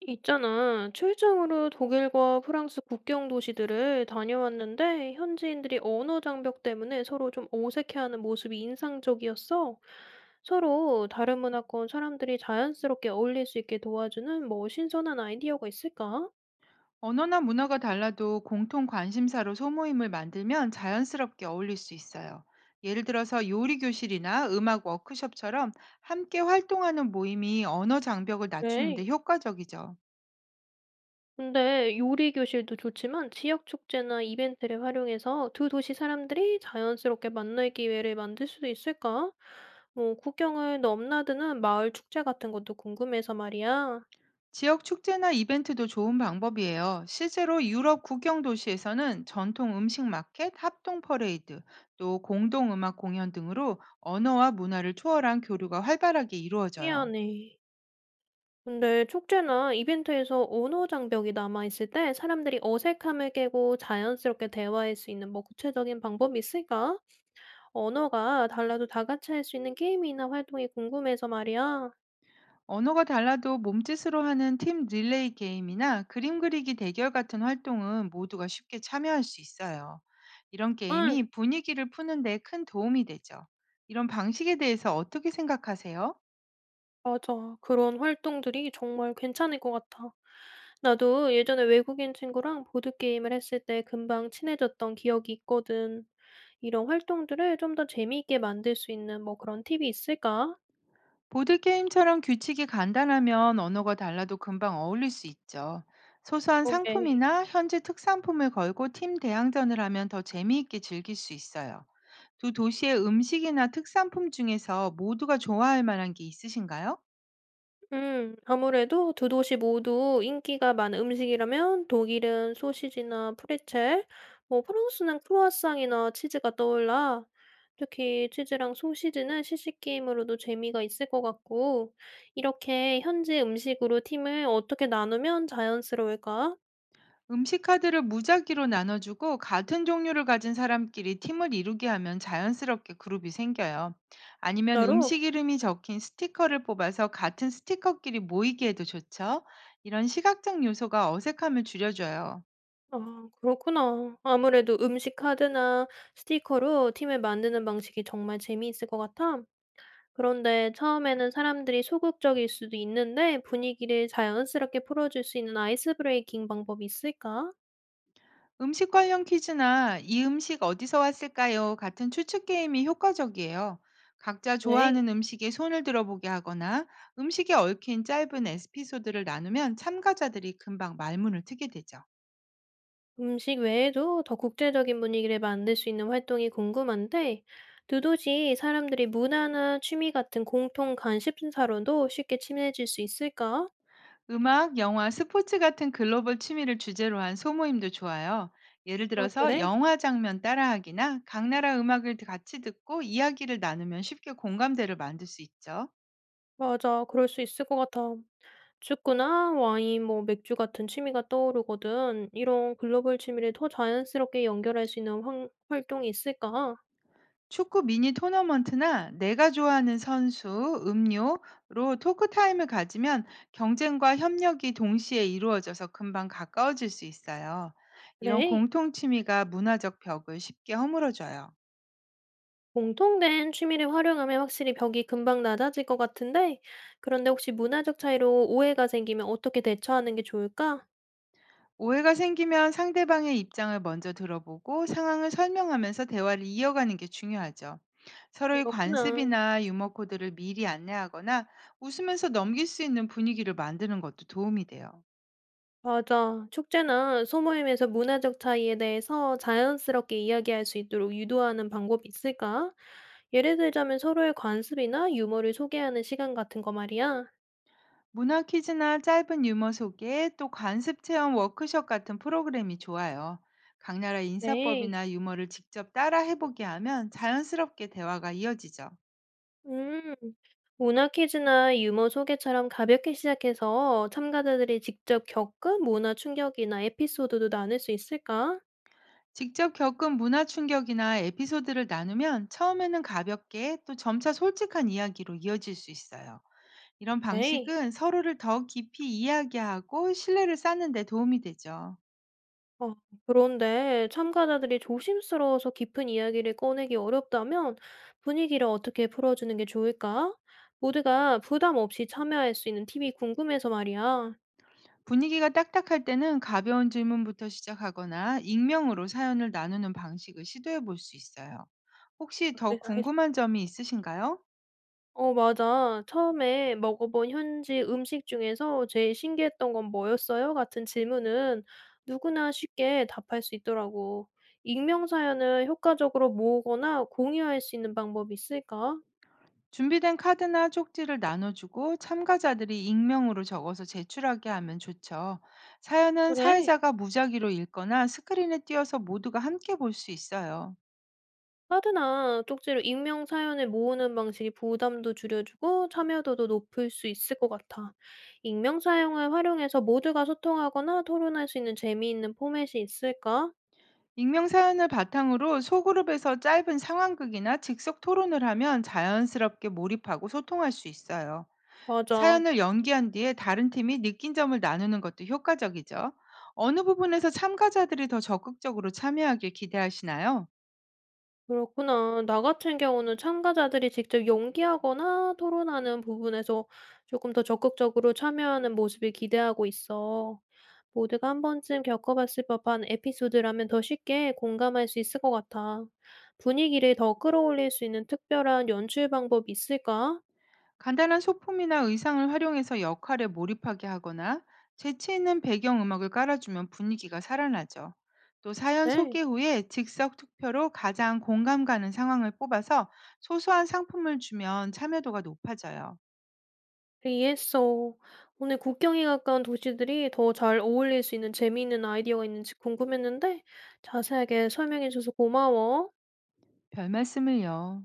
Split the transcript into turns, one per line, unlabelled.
있잖아. 출장으로 독일과 프랑스 국경 도시들을 다녀왔는데, 현지인들이 언어 장벽 때문에 서로 좀 어색해하는 모습이 인상적이었어. 서로 다른 문화권 사람들이 자연스럽게 어울릴 수 있게 도와주는 뭐 신선한 아이디어가 있을까?
언어나 문화가 달라도 공통 관심사로 소모임을 만들면 자연스럽게 어울릴 수 있어요. 예를 들어서 요리 교실이나 음악 워크숍처럼 함께 활동하는 모임이 언어 장벽을 낮추는데
네.
효과적이죠.
근데 요리 교실도 좋지만 지역 축제나 이벤트를 활용해서 두 도시 사람들이 자연스럽게 만날 기회를 만들 수도 있을까? 뭐 국경을 넘나드는 마을 축제 같은 것도 궁금해서 말이야.
지역 축제나 이벤트도 좋은 방법이에요. 실제로 유럽 국경 도시에서는 전통 음식 마켓, 합동 퍼레이드, 또 공동 음악 공연 등으로 언어와 문화를 초월한 교류가 활발하게 이루어져요.
미안해. 근데 축제나 이벤트에서 언어 장벽이 남아있을 때 사람들이 어색함을 깨고 자연스럽게 대화할 수 있는 뭐 구체적인 방법이 있을까? 언어가 달라도 다 같이 할 수 있는 게임이나 활동이 궁금해서 말이야.
언어가 달라도 몸짓으로 하는 팀 릴레이 게임이나 그림 그리기 대결 같은 활동은 모두가 쉽게 참여할 수 있어요. 이런
응.
게임이 분위기를 푸는데 큰 도움이 되죠. 이런 방식에 대해서 어떻게 생각하세요?
맞아. 그런 활동들이 정말 괜찮을 것 같아. 나도 예전에 외국인 친구랑 보드게임을 했을 때 금방 친해졌던 기억이 있거든. 이런 활동들을 좀 더 재미있게 만들 수 있는 뭐 그런 팁이 있을까?
보드게임처럼 규칙이 간단하면 언어가 달라도 금방 어울릴 수 있죠. 소소한
그러게.
상품이나 현지 특산품을 걸고 팀 대항전을 하면 더 재미있게 즐길 수 있어요. 두 도시의 음식이나 특산품 중에서 모두가 좋아할 만한 게 있으신가요?
아무래도 두 도시 모두 인기가 많은 음식이라면 독일은 소시지나 프레첼, 뭐 프랑스는 크루아상이나 치즈가 떠올라. 특히 치즈랑 소시지는 시식 게임으로도 재미가 있을 것 같고, 이렇게 현지 음식으로 팀을 어떻게 나누면 자연스러울까?
음식 카드를 무작위로 나눠주고 같은 종류를 가진 사람끼리 팀을 이루게 하면 자연스럽게 그룹이 생겨요. 아니면
진짜로?
음식 이름이 적힌 스티커를 뽑아서 같은 스티커끼리 모이게 해도 좋죠. 이런 시각적 요소가 어색함을 줄여줘요.
아, 그렇구나. 아무래도 음식 카드나 스티커로 팀을 만드는 방식이 정말 재미있을 것 같아. 그런데 처음에는 사람들이 소극적일 수도 있는데 분위기를 자연스럽게 풀어줄 수 있는 아이스 브레이킹 방법이 있을까?
음식 관련 퀴즈나 "이 음식 어디서 왔을까요?" 같은 추측 게임이 효과적이에요. 각자
네.
좋아하는 음식에 손을 들어보게 하거나 음식에 얽힌 짧은 에피소드를 나누면 참가자들이 금방 말문을 트게 되죠.
음식 외에도 더 국제적인 분위기를 만들 수 있는 활동이 궁금한데, 두도지 사람들이 문화나 취미 같은 공통 관심사로도 쉽게 친해질 수 있을까?
음악, 영화, 스포츠 같은 글로벌 취미를 주제로 한 소모임도 좋아요. 예를
아,
들어서
그래?
영화 장면 따라하기나 각 나라 음악을 같이 듣고 이야기를 나누면 쉽게 공감대를 만들 수 있죠.
맞아, 그럴 수 있을 것 같아. 축구나 와인, 뭐 맥주 같은 취미가 떠오르거든. 이런 글로벌 취미를 더 자연스럽게 연결할 수 있는 활동이 있을까?
축구 미니 토너먼트나 내가 좋아하는 선수, 음료로 토크 타임을 가지면 경쟁과 협력이 동시에 이루어져서 금방 가까워질 수 있어요. 이런
그래,
공통 취미가 문화적 벽을 쉽게 허물어줘요.
공통된 취미를 활용하면 확실히 벽이 금방 낮아질 것 같은데, 그런데 혹시 문화적 차이로 오해가 생기면 어떻게 대처하는 게 좋을까?
오해가 생기면 상대방의 입장을 먼저 들어보고 상황을 설명하면서 대화를 이어가는 게 중요하죠. 서로의
그렇구나.
관습이나 유머 코드를 미리 안내하거나 웃으면서 넘길 수 있는 분위기를 만드는 것도 도움이 돼요.
맞아. 축제나 소모임에서 문화적 차이에 대해서 자연스럽게 이야기할 수 있도록 유도하는 방법이 있을까? 예를 들자면 서로의 관습이나 유머를 소개하는 시간 같은 거 말이야.
문화 퀴즈나 짧은 유머 소개, 또 관습 체험 워크숍 같은 프로그램이 좋아요. 각 나라
네.
인사법이나 유머를 직접 따라 해보게 하면 자연스럽게 대화가 이어지죠.
음. 문화 퀴즈나 유머 소개처럼 가볍게 시작해서 참가자들이 직접 겪은 문화 충격이나 에피소드도 나눌 수 있을까?
직접 겪은 문화 충격이나 에피소드를 나누면 처음에는 가볍게, 또 점차 솔직한 이야기로 이어질 수 있어요. 이런
네.
방식은 서로를 더 깊이 이야기하고 신뢰를 쌓는 데 도움이 되죠.
어, 그런데 참가자들이 조심스러워서 깊은 이야기를 꺼내기 어렵다면 분위기를 어떻게 풀어주는 게 좋을까? 모두가 부담 없이 참여할 수 있는 팁이 궁금해서 말이야.
분위기가 딱딱할 때는 가벼운 질문부터 시작하거나 익명으로 사연을 나누는 방식을 시도해 볼 수 있어요. 혹시 더 궁금한 점이 있으신가요?
어 맞아. "처음에 먹어본 현지 음식 중에서 제일 신기했던 건 뭐였어요?" 같은 질문은 누구나 쉽게 답할 수 있더라고. 익명 사연을 효과적으로 모으거나 공유할 수 있는 방법이 있을까?
준비된 카드나 쪽지를 나눠주고 참가자들이 익명으로 적어서 제출하게 하면 좋죠. 사연은
그래.
사회자가 무작위로 읽거나 스크린에 띄어서 모두가 함께 볼 수 있어요.
카드나 쪽지로 익명 사연을 모으는 방식이 부담도 줄여주고 참여도도 높일 수 있을 것 같아. 익명 사용을 활용해서 모두가 소통하거나 토론할 수 있는 재미있는 포맷이 있을까?
익명 사연을 바탕으로 소그룹에서 짧은 상황극이나 즉석 토론을 하면 자연스럽게 몰입하고 소통할 수 있어요.
맞아.
사연을 연기한 뒤에 다른 팀이 느낀 점을 나누는 것도 효과적이죠. 어느 부분에서 참가자들이 더 적극적으로 참여하길 기대하시나요?
그렇구나. 나 같은 경우는 참가자들이 직접 연기하거나 토론하는 부분에서 조금 더 적극적으로 참여하는 모습을 기대하고 있어. 모두가 한 번쯤 겪어봤을 법한 에피소드라면 더 쉽게 공감할 수 있을 것 같아. 분위기를 더 끌어올릴 수 있는 특별한 연출 방법이 있을까?
간단한 소품이나 의상을 활용해서 역할에 몰입하게 하거나 재치 있는 배경 음악을 깔아주면 분위기가 살아나죠. 또 사연
네,
소개 후에 즉석 투표로 가장 공감 가는 상황을 뽑아서 소소한 상품을 주면 참여도가 높아져요.
이해했어. 오늘 국경이 가까운 도시들이 더 잘 어울릴 수 있는 재미있는 아이디어가 있는지 궁금했는데 자세하게 설명해줘서 고마워.
별 말씀을요.